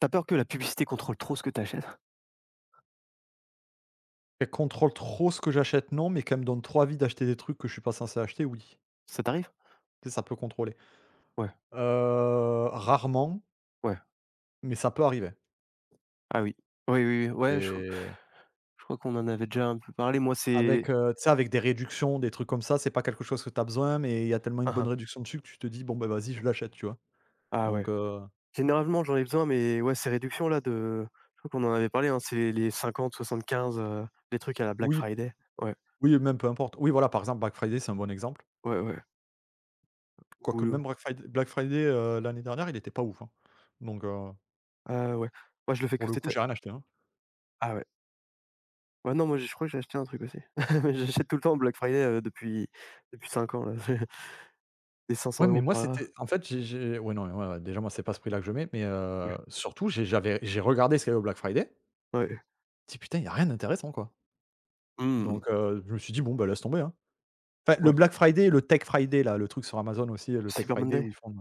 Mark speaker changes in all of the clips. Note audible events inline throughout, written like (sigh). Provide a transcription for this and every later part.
Speaker 1: T'as peur que la publicité contrôle trop ce que t'achètes.
Speaker 2: Qu'elle contrôle trop ce que j'achète, non, mais qu'elle me donne trop envie d'acheter des trucs que je suis pas censé acheter, oui.
Speaker 1: Ça t'arrive?
Speaker 2: Tu sais, ça peut contrôler.
Speaker 1: Ouais,
Speaker 2: Rarement,
Speaker 1: ouais.
Speaker 2: mais ça peut arriver
Speaker 1: Ah oui. Oui, oui, oui. Ouais, je crois
Speaker 2: et
Speaker 1: je crois qu'on en avait déjà un peu parlé. Moi, c'est
Speaker 2: avec, tu sais, avec des réductions, des trucs comme ça, c'est pas quelque chose que tu as besoin, mais il y a tellement une
Speaker 1: hein,
Speaker 2: bonne
Speaker 1: hein.
Speaker 2: réduction dessus que tu te dis: «Bon, ben vas-y, je l'achète», tu vois?
Speaker 1: Ah ouais.
Speaker 2: Donc heu,
Speaker 1: Généralement, j'en ai besoin, mais ouais, ces réductions là de je crois qu'on en avait parlé, hein, c'est les 50-75, les trucs à la Black
Speaker 2: oui,
Speaker 1: Friday. Ouais,
Speaker 2: oui, même peu importe. Oui, voilà, par exemple, Black Friday, c'est un bon exemple.
Speaker 1: ouais, ouais.
Speaker 2: Quoique même
Speaker 1: Boulot.
Speaker 2: Black Friday, l'année dernière, il était pas ouf, hein. Donc heu,
Speaker 1: Ah ouais. Moi, je le fais
Speaker 2: pour
Speaker 1: que
Speaker 2: le coup,
Speaker 1: cette.
Speaker 2: j'ai rien acheté, hein.
Speaker 1: Ah ouais. Ouais, non, moi, je crois que j'ai acheté un truc aussi. (laughs) J'achète tout le temps Black Friday, depuis 5 ans là. (laughs) Des
Speaker 2: Ouais,
Speaker 1: 500
Speaker 2: mais
Speaker 1: euros
Speaker 2: moi,
Speaker 1: par là.
Speaker 2: c'était en fait, j'ai ouais, non, ouais, ouais, déjà, moi, c'est pas ce prix-là que je mets, mais
Speaker 1: Ouais,
Speaker 2: surtout, j'ai regardé ce qu'il y avait au Black Friday.
Speaker 1: ouais.
Speaker 2: Je dis: «Putain, il y a rien d'intéressant, quoi».
Speaker 1: Mmh.
Speaker 2: Je me suis dit: «Bon, bah, laisse tomber, hein». Enfin,
Speaker 1: Ouais.
Speaker 2: Le Tech Friday, là, le truc sur Amazon aussi, le Tech
Speaker 1: Cyber
Speaker 2: Friday où
Speaker 1: Monday?
Speaker 2: ils font,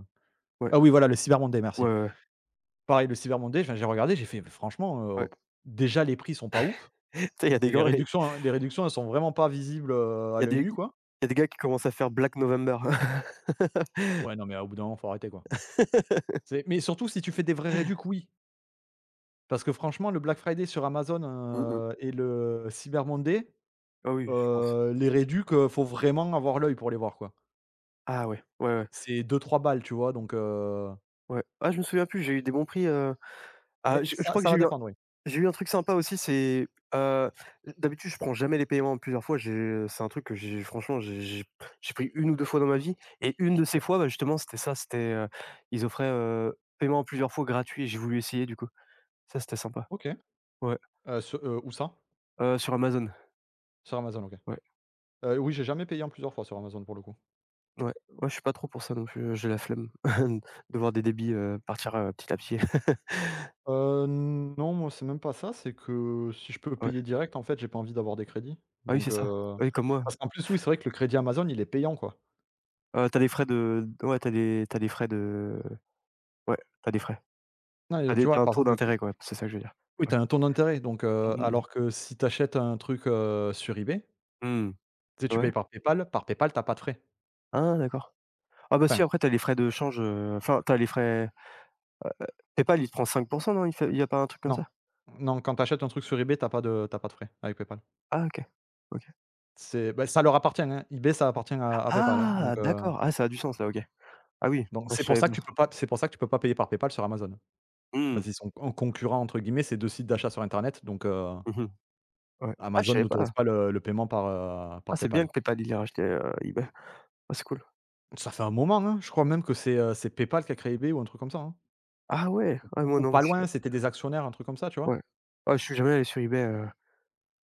Speaker 1: Ouais.
Speaker 2: ah oui, voilà, le Cyber Monday,
Speaker 1: Ouais,
Speaker 2: merci.
Speaker 1: ouais, ouais.
Speaker 2: Pareil, le Cyber Monday, enfin, j'ai regardé, j'ai fait: «Franchement,
Speaker 1: Ouais.
Speaker 2: déjà, les prix sont pas ouf
Speaker 1: (laughs) Tu sais, il y a des
Speaker 2: et les
Speaker 1: gants et
Speaker 2: réductions hein, les réductions, elles sont vraiment pas visibles,
Speaker 1: il
Speaker 2: à
Speaker 1: y a
Speaker 2: l'œil
Speaker 1: des
Speaker 2: nu, quoi».
Speaker 1: il y a des gars qui commencent à faire Black November.
Speaker 2: Ouais, non, mais au bout d'un moment, faut arrêter, quoi.
Speaker 1: (laughs)
Speaker 2: C'est mais surtout, si tu fais des vrais réducs, oui. Parce que franchement, le Black Friday sur Amazon,
Speaker 1: Mmh mh.
Speaker 2: et le Cyber Monday,
Speaker 1: Ah oui, je pense.
Speaker 2: les réducs, faut vraiment avoir l'œil pour les voir, quoi.
Speaker 1: Ah ouais, ouais, ouais,
Speaker 2: C'est deux trois balles, tu vois? Donc heu,
Speaker 1: ouais. Ah, je me souviens plus, j'ai eu des bons prix,
Speaker 2: mais
Speaker 1: ah, je
Speaker 2: ça
Speaker 1: crois que
Speaker 2: va dépendre, oui.
Speaker 1: j'ai eu un truc sympa aussi, c'est, heu, d'habitude, je prends jamais les paiements en plusieurs fois. J'ai c'est un truc que j'ai franchement, j'ai pris une ou 2 fois dans ma vie et une de ces
Speaker 2: OK.
Speaker 1: fois, bah, justement, c'était ça, c'était, ils offraient, paiement en plusieurs fois gratuit et j'ai voulu essayer, du coup. Ça, c'était sympa.
Speaker 2: OK.
Speaker 1: Ouais,
Speaker 2: Ce où ça?
Speaker 1: sur Amazon.
Speaker 2: Sur Amazon, OK.
Speaker 1: Ouais.
Speaker 2: Oui, j'ai jamais payé en plusieurs fois sur Amazon, pour le coup.
Speaker 1: Ouais, ouais, je suis pas trop pour ça non plus, j'ai la flemme (laughs) de voir des débits, partir, petit à petit. (laughs)
Speaker 2: Non, moi, c'est même pas ça, c'est que si je peux
Speaker 1: Ouais.
Speaker 2: payer direct, en fait, j'ai pas envie d'avoir des crédits.
Speaker 1: Ah oui,
Speaker 2: Donc
Speaker 1: c'est ça.
Speaker 2: heu,
Speaker 1: Oui, comme moi.
Speaker 2: parce qu'en plus, oui, c'est vrai que le crédit Amazon, il est payant, quoi.
Speaker 1: Tu des frais de ouais, t'as des frais de ouais, t'as des frais.
Speaker 2: Non, et tu vois,
Speaker 1: T'as un
Speaker 2: par
Speaker 1: taux
Speaker 2: exemple,
Speaker 1: d'intérêt, quoi, c'est ça que je veux dire.
Speaker 2: oui,
Speaker 1: Ouais.
Speaker 2: tu as un ton d'intérêt
Speaker 1: Mmh mh, mmh.
Speaker 2: alors que si tu achètes un truc, sur eBay,
Speaker 1: Mmh.
Speaker 2: tu sais, tu
Speaker 1: Ouais.
Speaker 2: payes par PayPal. Par PayPal, t'as pas de frais.
Speaker 1: Ah d'accord. Ah bah si,
Speaker 2: Enfin,
Speaker 1: après t'as as les frais de change, enfin, t'as as les frais PayPal, il te prend 5 non? Il fait il y a pas un truc comme
Speaker 2: non.
Speaker 1: ça?
Speaker 2: Non, quand tu achètes un truc sur eBay, t'as pas de frais avec PayPal.
Speaker 1: Ah OK. OK.
Speaker 2: C'est bah, ça leur appartient, hein. eBay, ça appartient à PayPal, hein,
Speaker 1: Ah d'accord, ah ça a du sens là, OK. Ah oui,
Speaker 2: donc
Speaker 1: ouais,
Speaker 2: c'est
Speaker 1: je
Speaker 2: pour
Speaker 1: savais
Speaker 2: ça
Speaker 1: pas.
Speaker 2: que tu peux pas c'est pour ça que tu peux pas payer par PayPal sur Amazon. Parce
Speaker 1: Mmh.
Speaker 2: qu'ils sont «en concurrent entre guillemets», ces 2 sites d'achat sur internet
Speaker 1: Mmh. Ouais. Ah je
Speaker 2: Amazon
Speaker 1: savais
Speaker 2: n'autorise
Speaker 1: pas.
Speaker 2: pas le paiement par,
Speaker 1: Ah
Speaker 2: par
Speaker 1: c'est bien
Speaker 2: PayPal.
Speaker 1: que PayPal il ait racheté, eBay. Ah c'est cool.
Speaker 2: Ça fait un moment, hein. Je crois même que c'est PayPal qui a créé eBay ou un truc comme ça, hein.
Speaker 1: Ah ouais! Ah moi
Speaker 2: Ou
Speaker 1: non,
Speaker 2: pas
Speaker 1: je
Speaker 2: loin, c'était des actionnaires, un truc comme ça, tu vois?
Speaker 1: ouais. Ah je suis jamais allé sur eBay,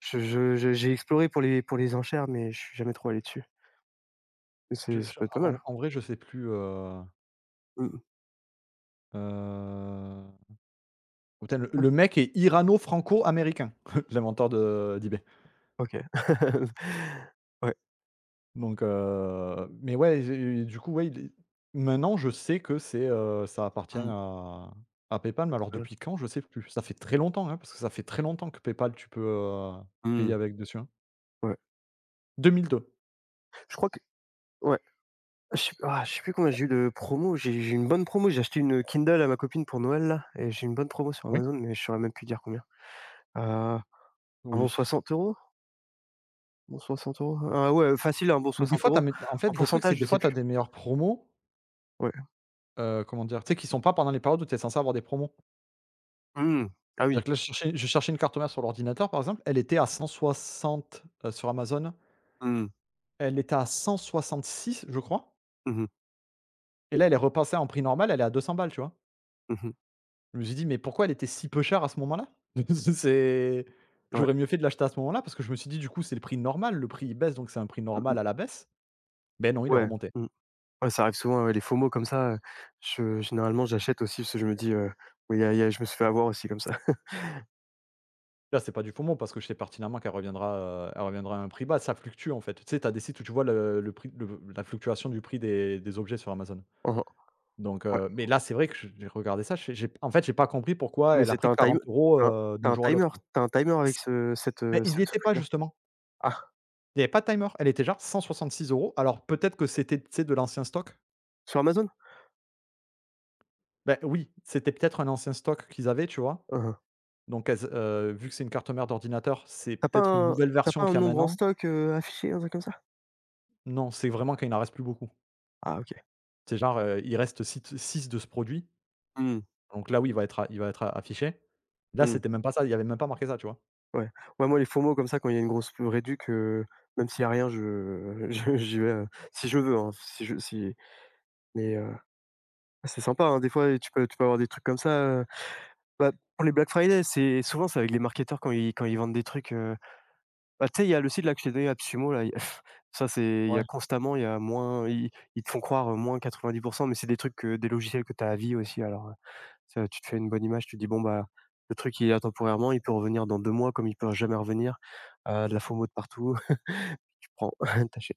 Speaker 1: je j'ai exploré pour les enchères, mais je suis jamais trop allé dessus. Mais c'est ça
Speaker 2: Je
Speaker 1: peut être pas
Speaker 2: en
Speaker 1: mal.
Speaker 2: en vrai, je sais plus,
Speaker 1: Mmh mh.
Speaker 2: heu, putain le mec est irano-franco-américain, (laughs) l'inventeur de d'eBay.
Speaker 1: OK. (laughs) Ouais.
Speaker 2: Ouais, j'ai du coup, ouais, il est maintenant je sais que c'est, ça appartient
Speaker 1: Mmh.
Speaker 2: à PayPal, mais alors
Speaker 1: (unintelligible)
Speaker 2: depuis quand, je sais plus. Ça fait très longtemps, hein, parce que ça fait très longtemps que PayPal tu peux, payer
Speaker 1: Mmh.
Speaker 2: avec dessus, hein.
Speaker 1: Ouais.
Speaker 2: Deux mille deux.
Speaker 1: Je crois que ouais, je sais ah je sais plus combien j'ai eu de promos, j'ai eu une bonne promo, j'ai acheté une Kindle à ma copine pour Noël là et j'ai eu une bonne promo sur
Speaker 2: Oui.
Speaker 1: Amazon, mais je saurais même plus dire combien. Heu, un bon
Speaker 2: Oui.
Speaker 1: 60 €? Bon 60 euros. Ah ouais, facile un bon
Speaker 2: Mais des
Speaker 1: 60
Speaker 2: fois t'as,
Speaker 1: euros.
Speaker 2: as en
Speaker 1: En
Speaker 2: fait, le truc, c'est
Speaker 1: pourcentage,
Speaker 2: que
Speaker 1: je
Speaker 2: des fois,
Speaker 1: sais
Speaker 2: tu as
Speaker 1: plus.
Speaker 2: des meilleures promos,
Speaker 1: Ouais.
Speaker 2: comment dire? Tu sais, qui sont pas pendant les périodes où tu es censé avoir des promos.
Speaker 1: Mmh. Ah oui.
Speaker 2: C'est-à-dire que là, je cherchais une carte mère sur l'ordinateur, par exemple, elle était à 160, sur Amazon,
Speaker 1: Mmh.
Speaker 2: elle était à 166, je crois,
Speaker 1: Mmh mh.
Speaker 2: et là, elle est repassée en prix normal, elle est à 200 balles, tu vois?
Speaker 1: Mmh mh.
Speaker 2: Je me suis dit: «Mais pourquoi elle était si peu chère à ce moment-là?» (laughs) C'est
Speaker 1: Ouais.
Speaker 2: J'aurais mieux fait de l'acheter à ce moment-là parce que je me suis dit: «Du coup, c'est le prix normal, le prix il baisse donc c'est un prix
Speaker 1: Mmh
Speaker 2: normal
Speaker 1: mh.
Speaker 2: à la baisse». Beh non, il est
Speaker 1: Ouais.
Speaker 2: remonté.
Speaker 1: Mmh. Ouais, ça arrive souvent, ouais, les FOMO comme ça, je généralement, j'achète aussi parce que je me dis, «Oui, il y a je me suis fait avoir aussi comme ça». (laughs)
Speaker 2: Là, c'est pas du faux mot parce que je sais pertinemment qu'elle reviendra, elle reviendra à un prix bas, ça fluctue en fait. Tu sais, t'as des sites où tu vois le prix le la fluctuation du prix des objets sur Amazon.
Speaker 1: Mmh mh.
Speaker 2: Donc
Speaker 1: Ouais.
Speaker 2: heu, mais là, c'est vrai que je j'ai regardé ça, je fais j'ai en fait, j'ai pas compris pourquoi
Speaker 1: Mais
Speaker 2: elle a
Speaker 1: c'est tu
Speaker 2: pris
Speaker 1: as un time
Speaker 2: 40 euros
Speaker 1: tu as tu
Speaker 2: d'un
Speaker 1: as un
Speaker 2: jour à l'autre,
Speaker 1: timer
Speaker 2: quoi.
Speaker 1: tu as un timer
Speaker 2: C
Speaker 1: avec ce cette,
Speaker 2: Bah, il
Speaker 1: ce
Speaker 2: n'y
Speaker 1: ce
Speaker 2: était pas
Speaker 1: prix-là?
Speaker 2: justement.
Speaker 1: Ah,
Speaker 2: Il n'y avait pas de timer. Elle était genre 166 euros. Alors peut-être que c'était, tu sais, de l'ancien stock.
Speaker 1: sur Amazon?
Speaker 2: Ben oui, c'était peut-être un ancien stock qu'ils avaient, tu vois?
Speaker 1: Mmh mh.
Speaker 2: Donc elles, vu que c'est une carte mère d'ordinateur, c'est
Speaker 1: Tu as pas
Speaker 2: peut-être une
Speaker 1: un
Speaker 2: nouvelle
Speaker 1: tu as pas
Speaker 2: version
Speaker 1: un
Speaker 2: qu'il y a
Speaker 1: nombre en
Speaker 2: maintenant.
Speaker 1: stock, affiché, un truc comme ça?
Speaker 2: Non, c'est vraiment qu'il n'en reste plus beaucoup.
Speaker 1: Ah OK.
Speaker 2: C'est genre, il reste six de ce produit,
Speaker 1: Mmh.
Speaker 2: donc là, oui, il va être a affiché. Là,
Speaker 1: Mmh.
Speaker 2: c'était même pas ça, il y avait même pas marqué ça, tu vois?
Speaker 1: Ouais. Ouais, moi, les FOMO comme ça, quand il y a une grosse pl réduc, même s'il y a rien, je (laughs) je j'y vais, si je veux, hein, si je si mais heu. Ah, c'est sympa, hein, des fois tu peux avoir des trucs comme ça, heu, bah, pour les Black Friday, c'est souvent c'est avec les marketeurs quand ils vendent des trucs, bah, tu sais, il y a le site là que je t'ai donné, Absumo là, il (laughs) ça c'est il y a constamment, il y a moins ils te font croire, moins 90 mais c'est des trucs, des logiciels que tu as à vie aussi alors, ça tu te fais une bonne image, tu te dis: «Bon bah, le truc il est là temporairement, il peut revenir dans 2 mois comme il peut jamais revenir», de la FOMO de partout. (laughs) Tu prends, (laughs) tu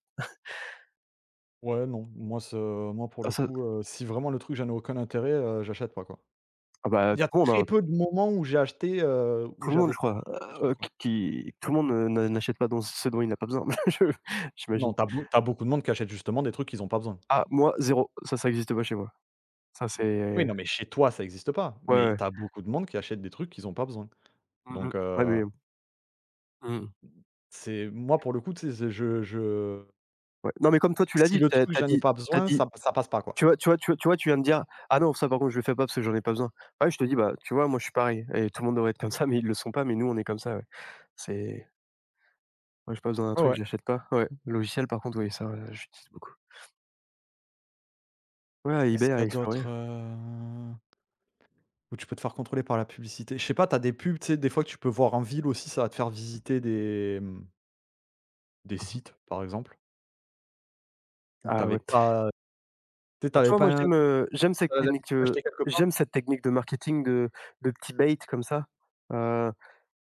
Speaker 2: Ouais, non, moi pour
Speaker 1: ah
Speaker 2: le
Speaker 1: ça,
Speaker 2: coup, si vraiment le truc j'en ai aucun intérêt, j'achète pas, quoi.
Speaker 1: ah bah,
Speaker 2: Il y a
Speaker 1: tout le monde,
Speaker 2: très
Speaker 1: hein.
Speaker 2: peu de moments où j'ai acheté, où
Speaker 1: Tout le monde,
Speaker 2: j'avais
Speaker 1: je
Speaker 2: pas
Speaker 1: crois,
Speaker 2: intérêt du truc, quoi.
Speaker 1: qui tout le monde, n'a n'achète pas dont ce dont il n'a pas besoin. (laughs) Je
Speaker 2: Non,
Speaker 1: j'imagine.
Speaker 2: t'as as beau tu beaucoup de monde qui achète justement des trucs qu'ils ont pas besoin.
Speaker 1: Ah, moi zéro, ça existe pas chez moi. Ça,
Speaker 2: Oui,
Speaker 1: c'est
Speaker 2: non, mais chez toi ça existe pas,
Speaker 1: ouais,
Speaker 2: mais
Speaker 1: ouais.
Speaker 2: t'as beaucoup de monde qui achète des trucs qu'ils ont pas besoin.
Speaker 1: Mmh mh.
Speaker 2: Donc,
Speaker 1: Ouais, mais mmh mh.
Speaker 2: c'est moi pour le coup, tu sais, c'est je
Speaker 1: Ouais. Non, mais comme toi, tu l'as
Speaker 2: si
Speaker 1: dit,
Speaker 2: le
Speaker 1: tu
Speaker 2: truc
Speaker 1: as
Speaker 2: j'en ai
Speaker 1: dit
Speaker 2: pas
Speaker 1: tu as
Speaker 2: besoin,
Speaker 1: dit
Speaker 2: ça passe pas, quoi.
Speaker 1: tu vois, tu viens de dire: «Ah non, ça par contre, je le fais pas parce que j'en ai pas besoin». Ouais, je te dis, bah, tu vois, moi, je suis pareil et tout le monde devrait être comme ça, mais ils le sont pas, mais nous, on est comme ça, ouais. C'est moi, j'ai pas besoin d'un
Speaker 2: Ouais,
Speaker 1: truc,
Speaker 2: ouais.
Speaker 1: je l'achète pas. Ouais, logiciel, par contre, oui, ça, j'utilise beaucoup. Ouais,
Speaker 2: est ce
Speaker 1: eBay,
Speaker 2: qu'il y
Speaker 1: à
Speaker 2: a
Speaker 1: explorer.
Speaker 2: d'autres heu? Ou tu peux te faire contrôler par la publicité. Je sais pas, tu as des pubs, tu sais, des fois que tu peux voir en ville aussi, ça va te faire visiter des, mmh, des sites, par exemple, où
Speaker 1: Ah
Speaker 2: t'avais
Speaker 1: ouais.
Speaker 2: pas tu sais,
Speaker 1: Ah, tu
Speaker 2: tu
Speaker 1: vois,
Speaker 2: pas
Speaker 1: moi,
Speaker 2: un
Speaker 1: j'aime,
Speaker 2: tu l'habitude d'acheter quelque
Speaker 1: j'aime
Speaker 2: part.
Speaker 1: cette technique de marketing de petits bait comme ça, heu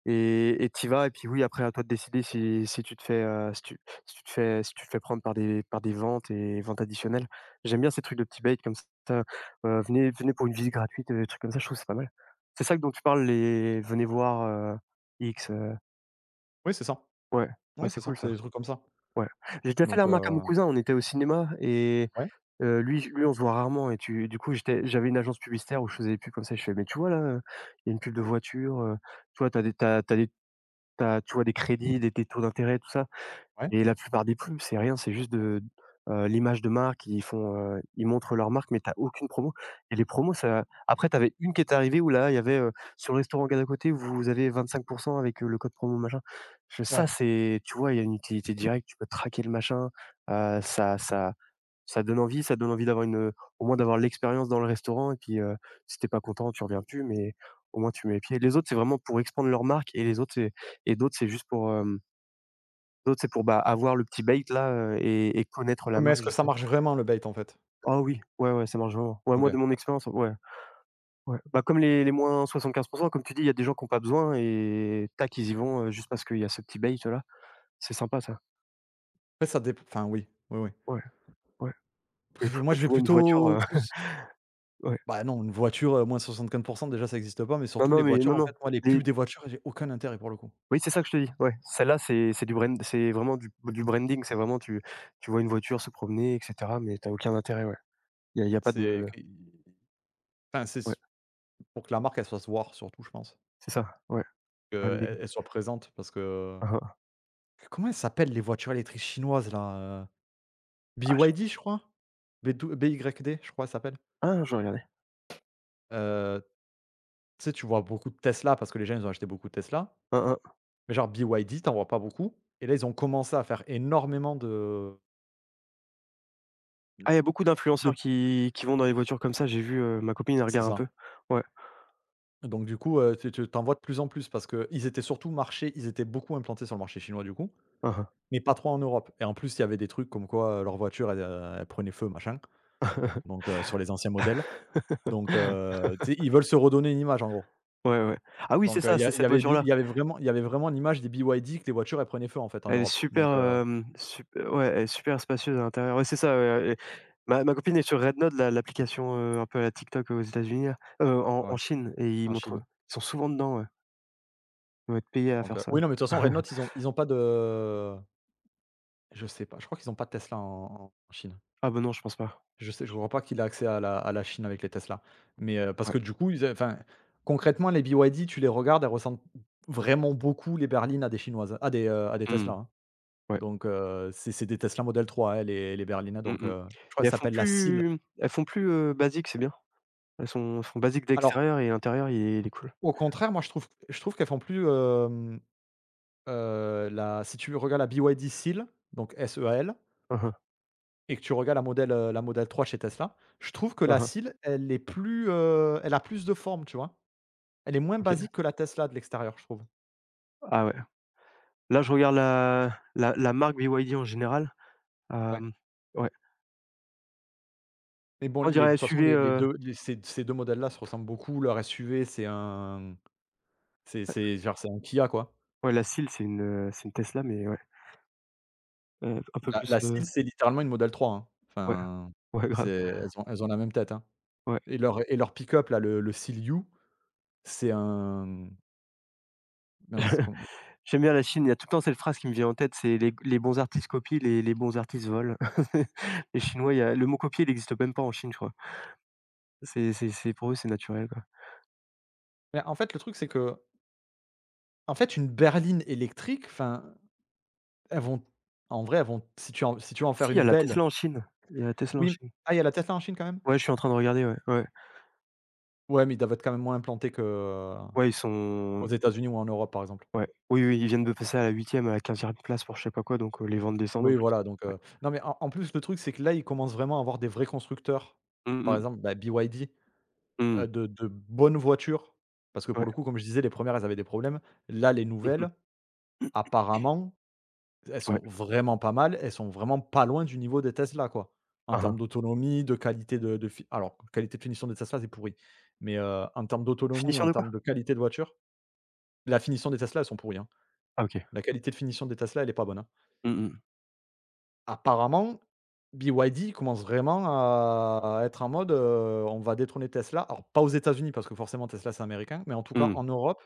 Speaker 1: et tu vas et puis, oui, après à toi de décider si tu te fais, si tu si tu te fais prendre par des ventes et ventes additionnelles. J'aime bien ces trucs de petits bait comme ça, venez pour une visite gratuite, des trucs comme ça, je trouve que c'est pas mal. C'est ça dont tu parles, les venez voir, X,
Speaker 2: Oui, c'est ça.
Speaker 1: ouais, ouais,
Speaker 2: Oui,
Speaker 1: c'est
Speaker 2: c'est ça,
Speaker 1: cool
Speaker 2: c'est
Speaker 1: ça,
Speaker 2: des trucs comme ça.
Speaker 1: ouais. J'ai déjà fait la
Speaker 2: Donc
Speaker 1: remarque à mon
Speaker 2: heu,
Speaker 1: cousin, on était au cinéma et
Speaker 2: ouais,
Speaker 1: Lui, on se voit rarement et tu du coup, j'étais j'avais une agence publicitaire où je faisais des pubs comme ça. Je fais: «Mais tu vois là, il y a une pub de voiture, tu vois, tu des t'as, t'as des tu vois des crédits, des taux d'intérêt, tout ça»
Speaker 2: ouais,
Speaker 1: et la plupart des pubs, c'est rien, c'est juste de, l'image de marque. Ils font, ils montrent leur marque, mais t'as aucune promo et les promos, ça après, t'avais une qui est arrivée où là, il y avait, «Sur le restaurant gars d'à côté, vous avez 25 avec, le code promo machin». Je «Ça,
Speaker 2: ouais.
Speaker 1: c'est» tu vois, il y a une utilité directe, tu peux traquer le machin, ça ça ça donne envie d'avoir une, au moins d'avoir l'expérience dans le restaurant et puis, si t'es pas content, tu reviens plus, mais au moins tu mets les pieds. Les autres, c'est vraiment pour expandre leur marque et les autres, c'est et d'autres, c'est juste pour, d'autres, c'est pour, bah, avoir le petit bait là, et connaître la
Speaker 2: Ouais, mais
Speaker 1: marque
Speaker 2: est-ce que ça
Speaker 1: justement.
Speaker 2: marche vraiment le bait, en fait?
Speaker 1: Ah oui, ouais, ouais, ça marche vraiment. Ouais, moi
Speaker 2: OK.
Speaker 1: de mon expérience, ouais, ouais. Bah, comme les moins 75 comme tu dis, il y a des gens qui ont pas besoin et tac, ils y vont, juste parce qu'il y a ce petit bait là. C'est sympa ça.
Speaker 2: Après ça dépend. Enfin, oui, oui, oui.
Speaker 1: Ouais, ouais. Les
Speaker 2: Après
Speaker 1: trucs
Speaker 2: moi,
Speaker 1: où
Speaker 2: je
Speaker 1: tu
Speaker 2: vais
Speaker 1: vois une voiture,
Speaker 2: plutôt
Speaker 1: (laughs) ouais.
Speaker 2: bah, non, une voiture, moins 64 déjà, ça existe pas, mais
Speaker 1: Non,
Speaker 2: surtout les
Speaker 1: non, mais
Speaker 2: voitures,
Speaker 1: non,
Speaker 2: en
Speaker 1: non.
Speaker 2: fait, moi, les
Speaker 1: Les
Speaker 2: pubs des voitures, j'ai aucun intérêt pour le coup.
Speaker 1: oui, c'est ça que je te dis, ouais. Celle-là, c'est du brand c'est vraiment du branding, c'est vraiment tu vois une voiture se promener et cetera, mais t'as aucun intérêt, ouais. Il y a y a pas
Speaker 2: C'est
Speaker 1: de
Speaker 2: qui enfin, c'est
Speaker 1: ouais,
Speaker 2: s pour que la marque, elle se fasse voir surtout, je pense.
Speaker 1: c'est ça, ouais,
Speaker 2: Qu'elles
Speaker 1: branding.
Speaker 2: elles soient présentes parce que
Speaker 1: Hein, hein.
Speaker 2: comment elles s'appellent les voitures électriques chinoises là, heu?
Speaker 1: Ah je
Speaker 2: BYD je crois? B-Y-D je crois ça s'appelle.
Speaker 1: ah je vais regarder.
Speaker 2: Heu, Tu sais, tu vois beaucoup de Tesla parce que les gens ils ont acheté beaucoup de Tesla,
Speaker 1: Hein, hein.
Speaker 2: mais genre BYD tu en vois pas beaucoup et là ils ont commencé à faire énormément
Speaker 1: Ah, y a beaucoup
Speaker 2: de
Speaker 1: d'influenceurs qui vont dans les voitures comme ça, j'ai vu, ma copine elle
Speaker 2: c'est
Speaker 1: regarde un
Speaker 2: ça.
Speaker 1: peu. Ouais.
Speaker 2: Donc du coup, tu tu tu vois de plus en plus parce qu'ils étaient surtout marché ils étaient beaucoup implantés sur le marché chinois du coup,
Speaker 1: Ah, hein.
Speaker 2: mais pas trop en Europe et en plus il y avait des trucs comme quoi, leurs voitures elles, elles prenaient feu machin, sur les anciens modèles.
Speaker 1: (laughs)
Speaker 2: Tu sais, ils veulent se redonner une image, en gros.
Speaker 1: Ouais, ouais. Ah oui, c'est
Speaker 2: Donc
Speaker 1: ça, c'est cette
Speaker 2: il
Speaker 1: voiture-là.
Speaker 2: y avait vraiment l'image des BYD que les voitures, elles prenaient feu, en fait, en
Speaker 1: Elle est
Speaker 2: Europe.
Speaker 1: super,
Speaker 2: Donc heu,
Speaker 1: sup ouais, elle est super spacieuse à l'intérieur. Ouais, c'est ça, ouais, et ma copine est sur Red Note, la l'application, un peu à la TikTok aux États-Unis là, en
Speaker 2: ouais,
Speaker 1: en Chine et ils
Speaker 2: en
Speaker 1: montrent
Speaker 2: Chine.
Speaker 1: ils sont souvent dedans, ouais. Ils doivent être payés à
Speaker 2: Donc
Speaker 1: faire
Speaker 2: heu,
Speaker 1: ça.
Speaker 2: oui, non, mais de toute façon, Red
Speaker 1: (laughs)
Speaker 2: Note, ils ont pas de je sais pas, je crois qu'ils ont pas de Tesla en Chine.
Speaker 1: Ah bah non, je pense pas.
Speaker 2: Je sais je crois pas qu'il a accès à la Chine avec les Tesla. Mais parce
Speaker 1: Ouais.
Speaker 2: que du coup, ils a enfin, concrètement, les BYD, tu les regardes, elles ressemblent vraiment beaucoup, les berlines, à des chinoises, à des Tesla,
Speaker 1: Mmh.
Speaker 2: hein.
Speaker 1: Ouais.
Speaker 2: C'est des Tesla Model 3, hein, les berlines, hein.
Speaker 1: Mmh mh
Speaker 2: Je crois,
Speaker 1: et
Speaker 2: elles
Speaker 1: elles font
Speaker 2: s'appellent la SEAL.
Speaker 1: plus basique, c'est bien. Elles sont elles font basique
Speaker 2: Alors
Speaker 1: d'extérieur et intérieur, il est cool.
Speaker 2: Au contraire, moi, je trouve qu'elles font plus, hem, la si tu regardes la BYD SEAL, donc S-E-A-L,
Speaker 1: (laughs)
Speaker 2: et que tu regardes la modèle 3 chez Tesla, je trouve que
Speaker 1: Mmh
Speaker 2: la
Speaker 1: mh. Mmh.
Speaker 2: SEAL, elle est plus, elle a plus de forme, tu vois? Elle est moins
Speaker 1: OK.
Speaker 2: basique que la Tesla de l'extérieur, je trouve.
Speaker 1: Ah ouais. Là, je regarde la marque BYD en général,
Speaker 2: Ouais.
Speaker 1: hem, ouais.
Speaker 2: Mais bon,
Speaker 1: On
Speaker 2: les
Speaker 1: dirait
Speaker 2: de toute
Speaker 1: elle
Speaker 2: façon, les 2 les ces 2 modèles-là se ressemblent beaucoup. Leur SUV, c'est un c'est genre, c'est un Kia, quoi.
Speaker 1: ouais, la SEAL, c'est une Tesla, mais ouais, un peu
Speaker 2: La
Speaker 1: plus,
Speaker 2: la SEAL, c'est littéralement une modèle 3 hein.
Speaker 1: ouais,
Speaker 2: Enfin,
Speaker 1: (laughs) ouais,
Speaker 2: c'est
Speaker 1: grave,
Speaker 2: elles ont la même tête, hein.
Speaker 1: ouais.
Speaker 2: Et leur pick-up là, le SEAL-U, c'est un mince, com
Speaker 1: (laughs) J'aime bien la Chine, il y a tout le temps cette phrase qui me vient en tête, c'est: les bons artistes copient, les bons artistes volent». (laughs) Les Chinois, il y a le mot copier, il existe même pas en Chine, je crois. C'est pour eux, c'est naturel, quoi.
Speaker 2: mais en fait, le truc, c'est que une berline électrique, enfin, elles vont en vrai, elles vont si tu en si tu
Speaker 1: Ah
Speaker 2: veux en faire
Speaker 1: si, il y
Speaker 2: une
Speaker 1: a la
Speaker 2: belle
Speaker 1: Tesla en Chine, il y a la Tesla en
Speaker 2: oui,
Speaker 1: Chine.
Speaker 2: ah, il y a la Tesla en Chine quand même?
Speaker 1: Ouais, je suis en train de regarder, ouais, ouais.
Speaker 2: Ouais, mais ils doivent être quand même moins implantés qu'aux
Speaker 1: Ouais, ils sont
Speaker 2: États-Unis ou en Europe, par exemple.
Speaker 1: ouais, oui, oui, ils viennent de passer à la huitième, à la quinzième place pour je sais pas quoi, donc les ventes descendent en
Speaker 2: Oui,
Speaker 1: plus.
Speaker 2: voilà, donc
Speaker 1: Ouais.
Speaker 2: non, mais en en plus, le truc, c'est que là, ils commencent vraiment à avoir des vrais constructeurs.
Speaker 1: Mmh
Speaker 2: Par
Speaker 1: mh.
Speaker 2: exemple, bah, BYD,
Speaker 1: Mmh.
Speaker 2: de bonnes voitures, parce que
Speaker 1: Ouais.
Speaker 2: pour le coup, comme je disais, les premières elles avaient des problèmes. Là, les
Speaker 1: Mmh mh.
Speaker 2: nouvelles, apparemment elles
Speaker 1: Ouais.
Speaker 2: sont vraiment pas mal, elles sont vraiment pas loin du niveau des Tesla, quoi. En
Speaker 1: Hein, hein.
Speaker 2: termes d'autonomie, de qualité de fi alors qualité de finition des Tesla, c'est pourri. Mais, en termes d'autonomie,
Speaker 1: Finition
Speaker 2: en
Speaker 1: de quoi?
Speaker 2: termes de qualité de voiture, la finition des Tesla, elles sont pourries, hein.
Speaker 1: Ah OK.
Speaker 2: La qualité de finition des Tesla, elle est pas bonne, hein.
Speaker 1: Mmh mh.
Speaker 2: Apparemment, BYD commence vraiment à être en mode, on va détrôner Tesla. Alors pas aux États-Unis parce que forcément Tesla, c'est américain, mais en tout cas
Speaker 1: Mmh.
Speaker 2: en Europe,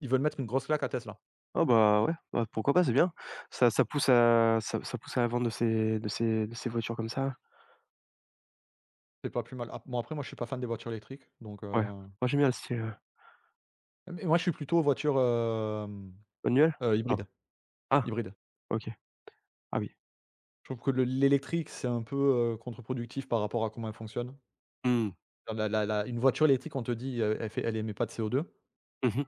Speaker 2: ils veulent mettre une grosse claque à Tesla.
Speaker 1: Ah bah, ouais, bah, pourquoi pas, c'est bien. Ça ça pousse à la vente de ces de ces voitures comme ça.
Speaker 2: C'est pas plus mal. Ap bon après moi je suis pas fan des voitures électriques donc,
Speaker 1: Ouais. Moi, j'aime bien le style,
Speaker 2: mais moi je suis plutôt voiture, euh,
Speaker 1: manuel? Non.
Speaker 2: Hybride,
Speaker 1: Ah,
Speaker 2: hybride.
Speaker 1: OK. Ah oui.
Speaker 2: Je trouve que le l'électrique, c'est un peu, contre-productif par rapport à comment elle fonctionne.
Speaker 1: Mmh.
Speaker 2: La une voiture électrique, on te dit, elle fait elle émet pas de CO2.
Speaker 1: Mmh mh.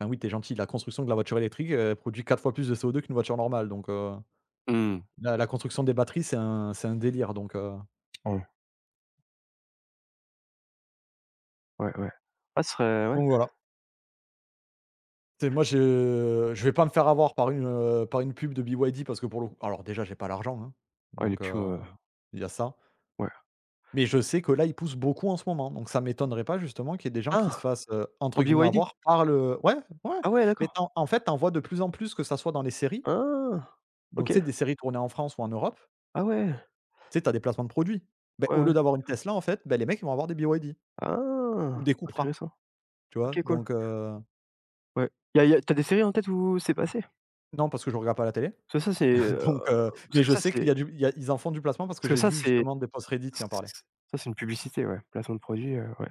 Speaker 2: Ben oui, t'es gentil, la construction de la voiture électrique, elle produit 4 fois plus de CO2 qu'une voiture normale, donc
Speaker 1: Mmh.
Speaker 2: la construction des batteries, c'est un délire,
Speaker 1: Ouais, ouais, ouais. Ah, ce serait ouais.
Speaker 2: donc voilà. C'est Moi, je vais pas me faire avoir par une pub de BYD parce que pour le coup alors déjà, j'ai pas l'argent, hein,
Speaker 1: Ouais, les
Speaker 2: donc
Speaker 1: pubs,
Speaker 2: il y a ça.
Speaker 1: ouais.
Speaker 2: Mais je sais que là, il pousse beaucoup en ce moment, donc ça m'étonnerait pas justement qu'il y ait des gens qui se
Speaker 1: Ah!
Speaker 2: fassent, entre
Speaker 1: En
Speaker 2: guillemets
Speaker 1: BYD?
Speaker 2: «avoir» par le ouais, ouais,
Speaker 1: Ah ouais,
Speaker 2: mais tu
Speaker 1: d'accord.
Speaker 2: en en fait, tu en vois de plus en plus, que ça soit dans les séries,
Speaker 1: Ah!
Speaker 2: donc
Speaker 1: OK.
Speaker 2: tu sais, des séries tournées en France ou en Europe,
Speaker 1: Ah ouais.
Speaker 2: tu sais, tu as des placements de produits. Beh,
Speaker 1: Ouais,
Speaker 2: au lieu
Speaker 1: ouais.
Speaker 2: d'avoir une Tesla, en fait, beh, les mecs, ils vont avoir des BYD ou
Speaker 1: Ah!
Speaker 2: des Cupra,
Speaker 1: Intéressant.
Speaker 2: tu vois?
Speaker 1: OK, cool.
Speaker 2: Donc
Speaker 1: Ouais. Il y a tu as des séries en tête où c'est passé?
Speaker 2: non, parce que je regarde pas la télé,
Speaker 1: Parce que ça, c'est,
Speaker 2: (laughs) donc
Speaker 1: parce
Speaker 2: mais
Speaker 1: que
Speaker 2: je
Speaker 1: ça,
Speaker 2: sais qu'il
Speaker 1: c'est
Speaker 2: y a du il y a ils en font du placement parce que
Speaker 1: parce que
Speaker 2: j'ai
Speaker 1: ça,
Speaker 2: vu
Speaker 1: c'est
Speaker 2: justement des posts Reddit qui en parlaient.
Speaker 1: ça, c'est une publicité, ouais, placement de produit, ouais.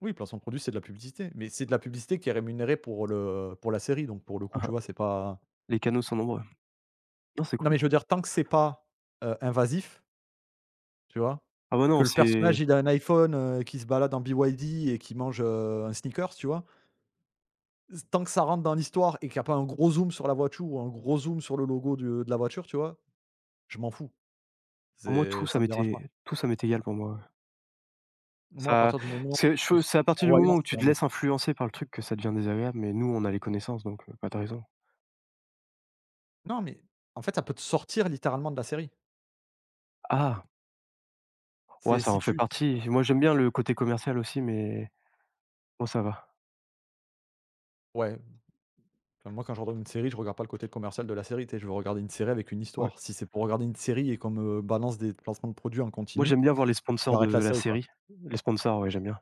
Speaker 2: Oui, placement de produit, c'est de la publicité, mais c'est de la publicité qui est rémunérée pour le pour la série, donc pour le coup,
Speaker 1: Mmh
Speaker 2: tu vois,
Speaker 1: mh.
Speaker 2: c'est pas
Speaker 1: Les canaux sont nombreux. Non, c'est
Speaker 2: non,
Speaker 1: cool.
Speaker 2: mais je veux dire, tant que c'est pas, invasif, tu vois?
Speaker 1: Ah bah,
Speaker 2: Que
Speaker 1: non,
Speaker 2: le
Speaker 1: c'est
Speaker 2: personnage, il a un iPhone, qui se balade en BYD et qui mange, un Snickers, tu vois? S tant que ça rentre dans l'histoire et qu'il y a pas un gros zoom sur la voiture ou un gros zoom sur le logo de la voiture, tu vois? Je m'en fous.
Speaker 1: pour moi
Speaker 2: C'est Ça me dérange pas.
Speaker 1: tout ça m'est égal pour moi, ouais.
Speaker 2: Moi, à
Speaker 1: Ça
Speaker 2: partir du moment où
Speaker 1: c'est à
Speaker 2: c'est trop
Speaker 1: partir du
Speaker 2: voyant,
Speaker 1: moment où
Speaker 2: c'est
Speaker 1: tu te laisses
Speaker 2: embêtant.
Speaker 1: influencer par le truc que ça devient désagréable, mais nous, on a les connaissances donc bah, tu as raison.
Speaker 2: Non, mais en fait, ça peut te sortir littéralement de la série.
Speaker 1: Ah! Ouais,
Speaker 2: C'est
Speaker 1: ça
Speaker 2: si
Speaker 1: en fait
Speaker 2: tu
Speaker 1: partie. Moi, j'aime bien le côté commercial aussi, mais bon, ça va.
Speaker 2: ouais. Enfin, moi, quand je regarde une série, je regarde pas le côté commercial de la série, tu sais, je veux regarder une série avec une
Speaker 1: Ouais.
Speaker 2: histoire. Si c'est pour regarder une série et qu'on me balance des placements de produits en
Speaker 1: Moi,
Speaker 2: continu,
Speaker 1: j'aime bien voir les sponsors de
Speaker 2: j'arrête la
Speaker 1: la
Speaker 2: série,
Speaker 1: série.
Speaker 2: quoi.
Speaker 1: Les sponsors, ouais, j'aime bien.